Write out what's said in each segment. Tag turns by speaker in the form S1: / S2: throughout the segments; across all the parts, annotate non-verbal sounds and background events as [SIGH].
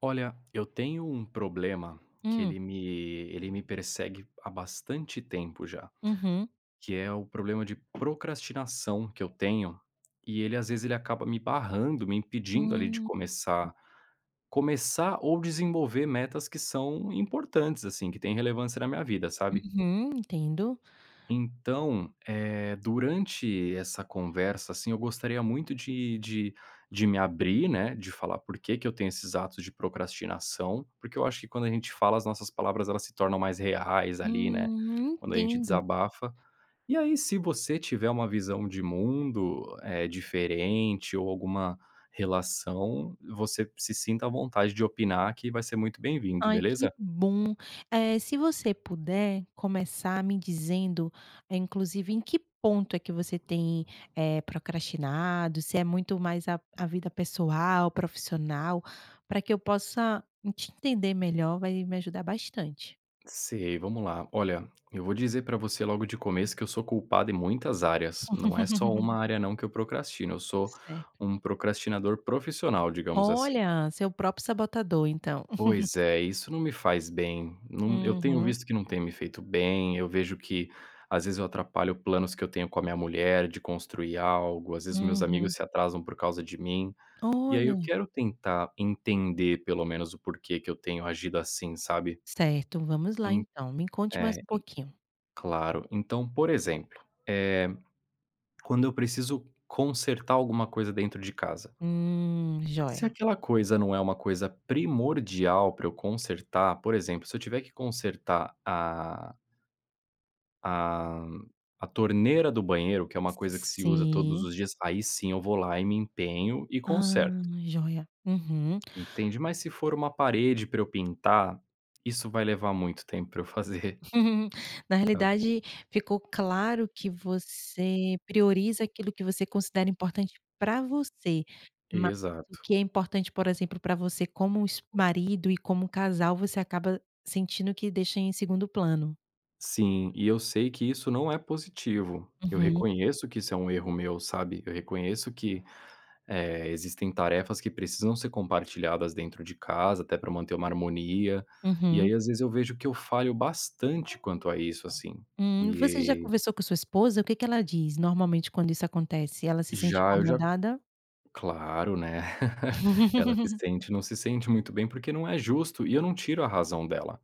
S1: Olha, eu tenho um problema que
S2: Hum,
S1: ele me ele me persegue há bastante tempo já,
S2: uhum.
S1: que é o problema de procrastinação que eu tenho, e ele às vezes ele acaba me barrando, me impedindo ali de
S2: Hum,
S1: começar ou desenvolver metas que são importantes, assim, que têm relevância na minha vida, sabe?
S2: uhum, entendo.
S1: Então, durante essa conversa, assim, eu gostaria muito de me abrir, né, de falar por que que eu tenho esses atos de procrastinação, porque eu acho que quando a gente fala, as nossas palavras, elas se tornam mais reais ali, né, quando a gente
S2: Entendo.
S1: desabafa. E aí, se você tiver uma visão de mundo, diferente ou alguma relação, você se sinta à vontade de opinar que vai ser muito bem-vindo,
S2: Ai, que
S1: beleza?
S2: bom. Se você puder começar me dizendo, inclusive, em que ponto é que você tem, procrastinado, se é muito mais a vida pessoal, profissional, para que eu possa te entender melhor, vai me ajudar bastante.
S1: Sei, vamos lá. Olha, eu vou dizer pra você logo de começo que eu sou culpado em muitas áreas. Não é só uma
S2: [LAUGHS]
S1: área não que eu procrastino, eu sou
S2: Certo.
S1: um procrastinador profissional, digamos assim.
S2: Olha, seu próprio sabotador, então.
S1: Pois é, isso não me faz bem. Não, eu tenho
S2: Uhum,
S1: visto que não tem me feito bem, eu vejo que às vezes eu atrapalho planos que eu tenho com a minha mulher de construir algo, às vezes meus amigos
S2: uhum.
S1: se atrasam por causa de mim. E aí eu
S2: Olha.
S1: quero tentar entender pelo menos o porquê que eu tenho agido assim, sabe?
S2: Certo, vamos lá então, me conte mais
S1: é,
S2: um pouquinho.
S1: Claro. Então, por exemplo, eh, quando eu preciso consertar alguma coisa dentro de casa, se
S2: Joia.
S1: aquela coisa não é uma coisa primordial para eu consertar, por exemplo, se eu tiver que consertar a a torneira do banheiro, que é uma coisa que se usa todos
S2: Sim.
S1: os dias, aí sim eu vou lá e me empenho e
S2: Ah,
S1: conserto,
S2: joia. Uhum.
S1: entende? Mas se for uma parede para eu pintar, isso vai levar muito tempo para eu fazer,
S2: [LAUGHS] Na
S1: [LAUGHS] sabe?
S2: realidade, ficou claro que você prioriza aquilo que você considera importante para você, mas o
S1: Exato.
S2: que é importante, por exemplo, para você como es marido e como casal, você acaba sentindo que deixa em segundo plano.
S1: Sim, e eu sei que isso não é positivo. Eu
S2: Uhum,
S1: reconheço que isso é um erro meu, sabe? Eu reconheço que existem tarefas que precisam ser compartilhadas dentro de casa, até para manter uma harmonia. E
S2: uhum.
S1: aí, às vezes, eu vejo que eu falho bastante quanto a isso, assim.
S2: Você já
S1: E
S2: conversou com sua esposa? O que que ela diz normalmente quando isso acontece? Ela se sente
S1: já, eu já,
S2: incomodada?
S1: claro, né? [LAUGHS] Ela se
S2: [LAUGHS]
S1: sente, não se sente muito bem, porque não é justo e eu não tiro a razão dela.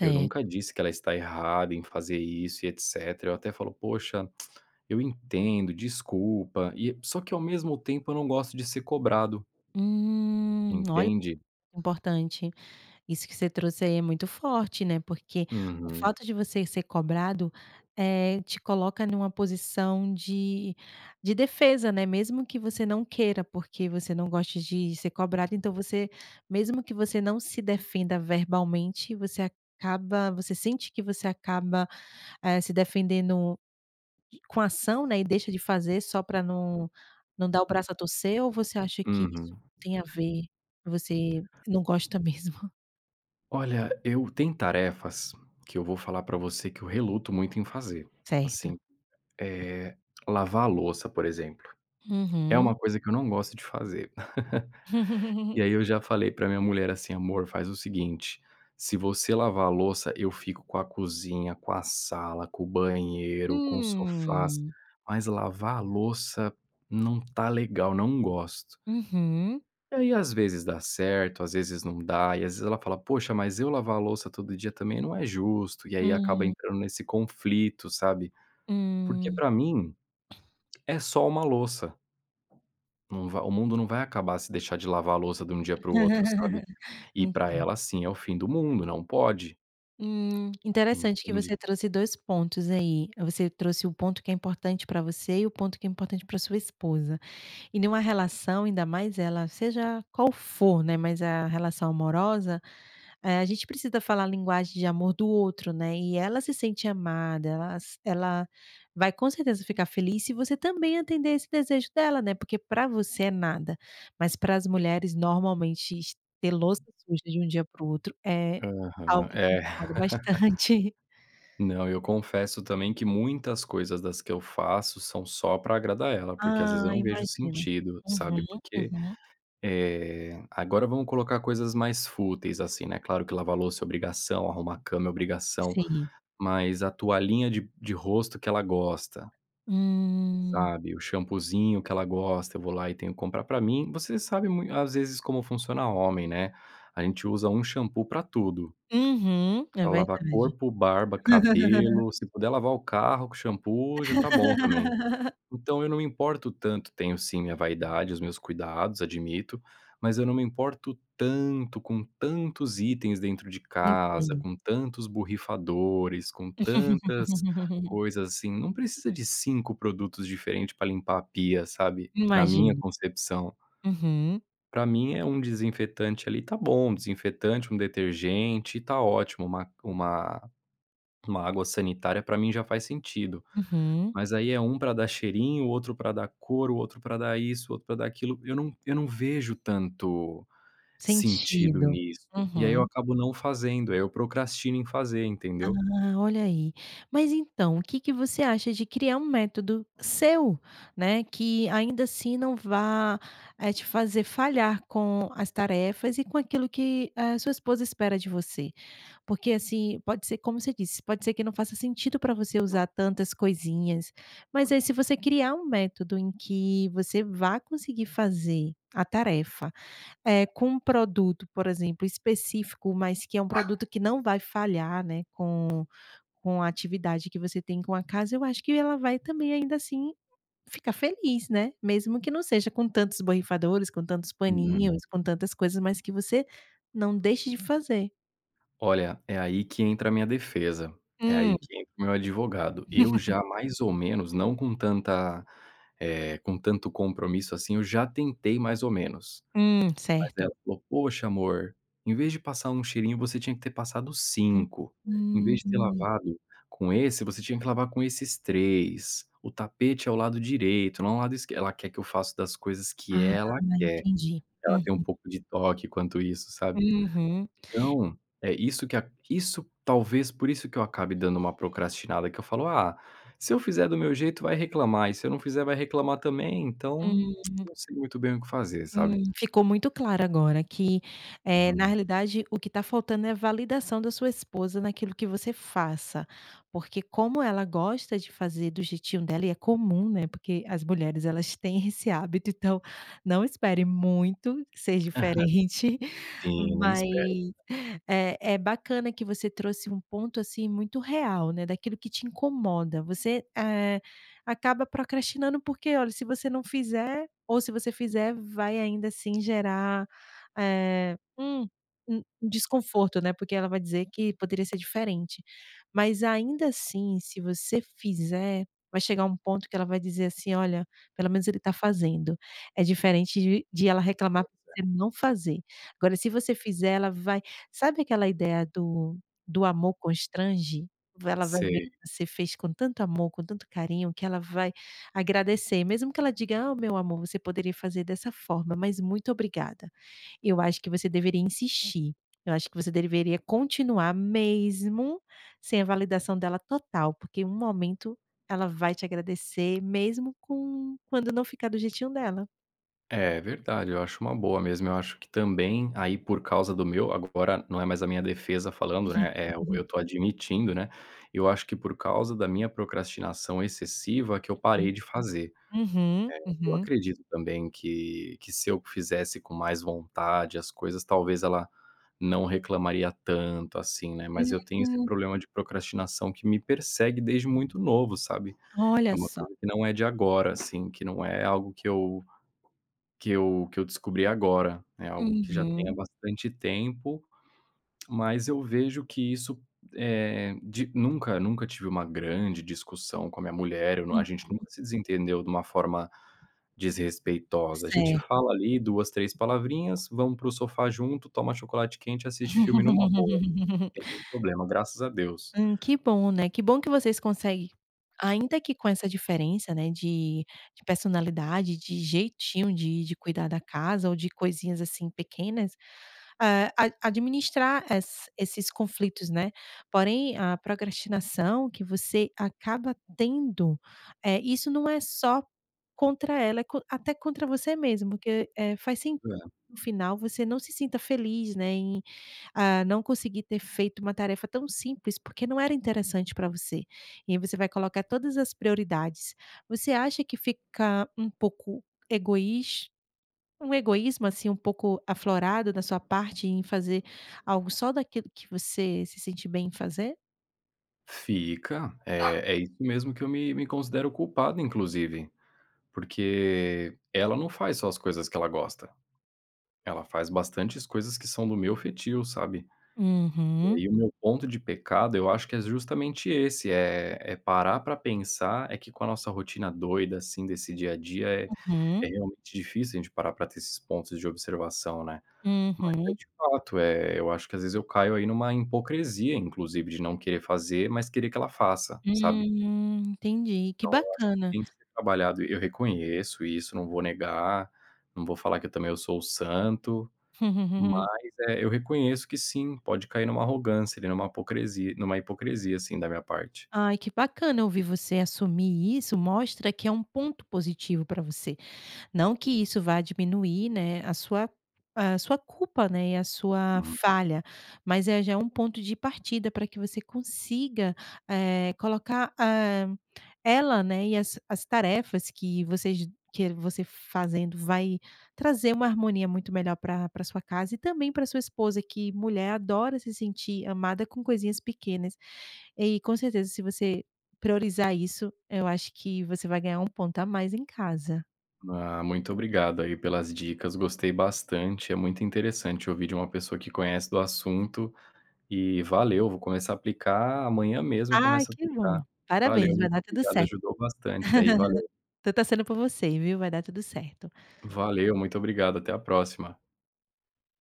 S1: Eu nunca disse que ela está errada em fazer isso e etcétera. Eu até falo: "Poxa, eu entendo, desculpa". E só que ao mesmo tempo eu não gosto de ser cobrado,
S2: Olha,
S1: entende?
S2: importante. Isso que você trouxe aí é muito forte, né, porque o
S1: Uhum,
S2: fato de você ser cobrado, te coloca numa posição de defesa, né, mesmo que você não queira, porque você não gosta de ser cobrado, então você mesmo que você não se defenda verbalmente, você acaba você sente que você acaba, se defendendo com ação, né, e deixa de fazer só para não dar o braço a torcer, ou você acha que isso
S1: uhum.
S2: tem a ver, você não gosta mesmo? [LAUGHS]
S1: Olha, eu tenho tarefas que eu vou falar pra você que eu reluto muito em fazer,
S2: Certo.
S1: assim, eh, lavar a louça, por exemplo, é
S2: Uhum.
S1: uma coisa que eu não gosto de fazer. [LAUGHS] E
S2: [LAUGHS]
S1: aí eu já falei pra minha mulher assim: "Amor, faz o seguinte, se você lavar a louça, eu fico com a cozinha, com a sala, com o banheiro, com os sofás,
S2: Hum.
S1: mas lavar a louça não tá legal, não gosto".
S2: Uhum.
S1: E aí às vezes dá certo, às vezes não dá, e às vezes ela fala: "Poxa, mas eu lavar a louça todo dia também não é justo". E aí acaba
S2: Hum,
S1: entrando nesse conflito, sabe. Porque
S2: hum.
S1: pra mim é só uma louça, não va o mundo não vai acabar se deixar de lavar a louça de um dia para o outro, sabe.
S2: [LAUGHS]
S1: E para
S2: Enten
S1: ela, assim, é o fim do mundo, não pode,
S2: Interessante que
S1: entende?
S2: você trouxe dois pontos aí. Você trouxe o ponto que é importante para você e o ponto que é importante para sua esposa. E numa relação, ainda mais ela, seja qual for, né, mas a relação amorosa, a gente precisa falar a linguagem de amor do outro, né, e ela se sente amada, ela vai com certeza ficar feliz se você também atender esse desejo dela, né, porque para você é nada, mas para as mulheres normalmente es ter louça suja de um dia para o outro é algo
S1: Aham,
S2: que
S1: é.
S2: incomoda
S1: [LAUGHS]
S2: bastante. [LAUGHS]
S1: Não, eu confesso também que muitas coisas das que eu faço são só para agradar ela, porque às vezes eu
S2: Ah,
S1: não vejo
S2: imagino.
S1: sentido, sabe,
S2: Uhum,
S1: porque,
S2: uhum.
S1: agora vamos colocar coisas mais fúteis, assim, né, claro que lavar louça é obrigação, arrumar a cama é obrigação,
S2: Sim.
S1: mas a toalhinha de rosto que ela gosta,
S2: Hum.
S1: sabe, o shampoozinho que ela gosta, eu vou lá e tenho que comprar pra mim. Você sabe mui às vezes como funciona homem, né, a gente usa um shampoo pra tudo,
S2: Uhum, é
S1: pra lavar
S2: verdade.
S1: corpo, barba, cabelo, se puder lavar o carro com shampoo já tá bom também.
S2: [LAUGHS]
S1: Então eu não me importo tanto, tenho sim minha vaidade, os meus cuidados, admito, mas eu não me importo tanto com tantos itens dentro de casa,
S2: Entendo.
S1: com tantos borrifadores, com tantas
S2: [LAUGHS]
S1: coisas assim, não precisa de 5 produtos diferentes para limpar a pia, sabe, na minha
S2: Imagino.
S1: concepção.
S2: Uhum,
S1: Pra mim é um desinfetante ali, tá bom, um desinfetante, um detergente, tá ótimo, uma água sanitária pra mim já faz sentido.
S2: uhum.
S1: Mas aí é um para dar cheirinho, outro para dar cor, o outro para dar isso, o outro para dar aquilo. Eu não vejo tanto sentido
S2: Sentido.
S1: nisso. E aí eu
S2: Uhum.
S1: acabo não fazendo, aí eu procrastino em fazer, entendeu?
S2: Ah, olha aí. Mas então, o que que você acha de criar um método seu, né, que ainda assim não vá, te fazer falhar com as tarefas e com aquilo que a sua esposa espera de você? Porque, assim, pode ser como você disse, pode ser que não faça sentido para você usar tantas coisinhas, mas aí se você criar um método em que você vá conseguir fazer a tarefa com um produto, por exemplo, específico, mas que é um produto que não vai falhar, né, com a atividade que você tem com a casa, eu acho que ela vai também ainda assim ficar feliz, né, mesmo que não seja com tantos borrifadores, com tantos
S1: Uhum.
S2: paninhos, com tantas coisas, mas que você não deixe de fazer.
S1: Olha, é aí que entra a minha defesa, é aí
S2: Hum.
S1: que entra o meu advogado. Eu
S2: [LAUGHS]
S1: já mais ou menos, não com tanta, com tanto compromisso assim, eu já tentei mais ou menos. Mas ela
S2: Certo.
S1: falou: "Poxa amor, em vez de passar um cheirinho você tinha que ter passado 5. Em vez de ter
S2: Hum.
S1: lavado com esse, você tinha que lavar com esses 3. O tapete é o lado direito, não é o lado esquerdo. Ela quer que eu faça das coisas que
S2: Ah,
S1: ela quer,
S2: entendi.
S1: ela tem um
S2: Uhum.
S1: pouco de toque quanto isso, sabe.
S2: Uhum.
S1: Então, isso talvez por isso que eu acabe dando uma procrastinada que eu falo: "Ah, se eu fizer do meu jeito vai reclamar e se eu não fizer vai reclamar também, então,
S2: Hum.
S1: não sei muito bem o que fazer", sabe.
S2: Ficou muito claro agora que, na
S1: Uhum.
S2: realidade, o que está faltando é validação da sua esposa naquilo que você faça, porque como ela gosta de fazer do jeitinho dela e é comum, né, porque as mulheres elas têm esse hábito, então não espere muito ser
S1: [LAUGHS]
S2: diferente, [LAUGHS]
S1: Sim, eu nem espero.
S2: mas é bacana que você trouxe um ponto, assim, muito real, né, daquilo que te incomoda. Você, acaba procrastinando porque, olha, se você não fizer ou se você fizer, vai ainda assim gerar, eh, um um desconforto, né, porque ela vai dizer que poderia ser diferente. Mas ainda assim, se você fizer, vai chegar um ponto que ela vai dizer assim: "Olha, pelo menos ele está fazendo". É diferente de ela reclamar por você não fazer. Agora se você fizer, ela vai sabe aquela ideia do amor constrange? Ela vai ver
S1: Sei.
S2: que você fez com tanto amor, com tanto carinho, que ela vai agradecer, mesmo que ela diga: "Ah, meu amor, você poderia fazer dessa forma, mas muito obrigada". Eu acho que você deveria insistir, eu acho que você deveria continuar mesmo sem a validação dela total, porque em um momento ela vai te agradecer mesmo com quando não ficar do jeitinho dela.
S1: É verdade, eu acho uma boa mesmo. Eu acho que também, aí, por causa do meu agora não é mais a minha defesa falando, né, é eu
S2: [LAUGHS]
S1: tô admitindo, né, eu acho que por causa da minha procrastinação excessiva que eu parei de fazer.
S2: Uhum,
S1: Eu
S2: uhum.
S1: acredito também que se eu fizesse com mais vontade as coisas, talvez ela não reclamaria tanto assim, né, mas eu tenho esse
S2: Hum,
S1: problema de procrastinação que me persegue desde muito novo, sabe. É
S2: olha
S1: uma
S2: só.
S1: coisa que não é de agora, assim, que não é algo que eu descobri agora, é algo que já tem há
S2: Uhum,
S1: bastante tempo, mas eu vejo que isso, de nunca tive uma grande discussão com a minha mulher, eu não a
S2: hum,
S1: gente nunca se desentendeu de uma forma desrespeitosa. A gente
S2: certo.
S1: fala ali 2 3 palavrinhas, vamos para o sofá junto, toma chocolate quente, assiste filme numa boa, não tem
S2: [LAUGHS]
S1: nenhum problema, graças a Deus.
S2: Que bom, né, que bom que vocês conseguem, ainda que com essa diferença, né, de personalidade, de jeitinho de cuidar da casa ou de coisinhas, assim, pequenas, a administrar esses conflitos, né. Porém, a procrastinação que você acaba tendo, isso não é só contra ela, é co até contra você mesmo, porque, faz sentido
S1: É.
S2: que no final você não se sinta feliz, né, a não conseguir ter feito uma tarefa tão simples, porque não era interessante para você. E aí você vai colocar todas as prioridades. Você acha que fica um pouco egoís um egoísmo, assim, um pouco aflorado da sua parte em fazer algo só daquilo que você se sente bem em fazer?
S1: Fica, é isso mesmo que eu me considero culpado inclusive, porque ela não faz só as coisas que ela gosta. Ela faz bastantes coisas que são do meu feitio, sabe. E
S2: Uhum,
S1: aí o meu ponto de pecado, eu acho que é justamente esse, é parar pra pensar, é que com a nossa rotina doida, assim, desse dia a dia, é
S2: uhum,
S1: realmente difícil a gente parar pra ter esses pontos de observação, né. Mas é
S2: uhum.
S1: de fato, eu acho que às vezes eu caio aí numa hipocrisia, inclusive, de não querer fazer, mas querer que ela faça, sabe.
S2: Entendi, que
S1: Então eu acho que
S2: bacana.
S1: tem que ser trabalhado. Eu reconheço isso, não vou negar, não vou falar que eu sou o santo.
S2: [LAUGHS]
S1: Mas, eu reconheço que sim, pode cair numa arrogância ali, numa hipocrisia, assim, da minha parte.
S2: Ai, que bacana ouvir você assumir isso, mostra que é um ponto positivo para você. Não que isso vá diminuir, né, a sua culpa, né, e a sua
S1: Hum.
S2: falha, mas já é um ponto de partida para que você consiga, colocar, ah, ela, né, e as tarefas que você fazendo vai trazer uma harmonia muito melhor para sua casa e também para sua esposa, que mulher adora se sentir amada com coisinhas pequenas. E com certeza se você priorizar isso, eu acho que você vai ganhar um ponto a mais em casa.
S1: Ah, muito obrigado aí pelas dicas, gostei bastante, é muito interessante ouvir de uma pessoa que conhece do assunto e valeu, vou começar a aplicar amanhã mesmo
S2: Ai,
S1: começo a
S2: que bom.
S1: aplicar. Valeu,
S2: Parabéns, vai
S1: muito
S2: dar tudo
S1: obrigado,
S2: certo.
S1: ajudou bastante aí, valeu.
S2: Tô torcendo por você, viu, vai dar tudo certo.
S1: Valeu, muito obrigado, até a próxima.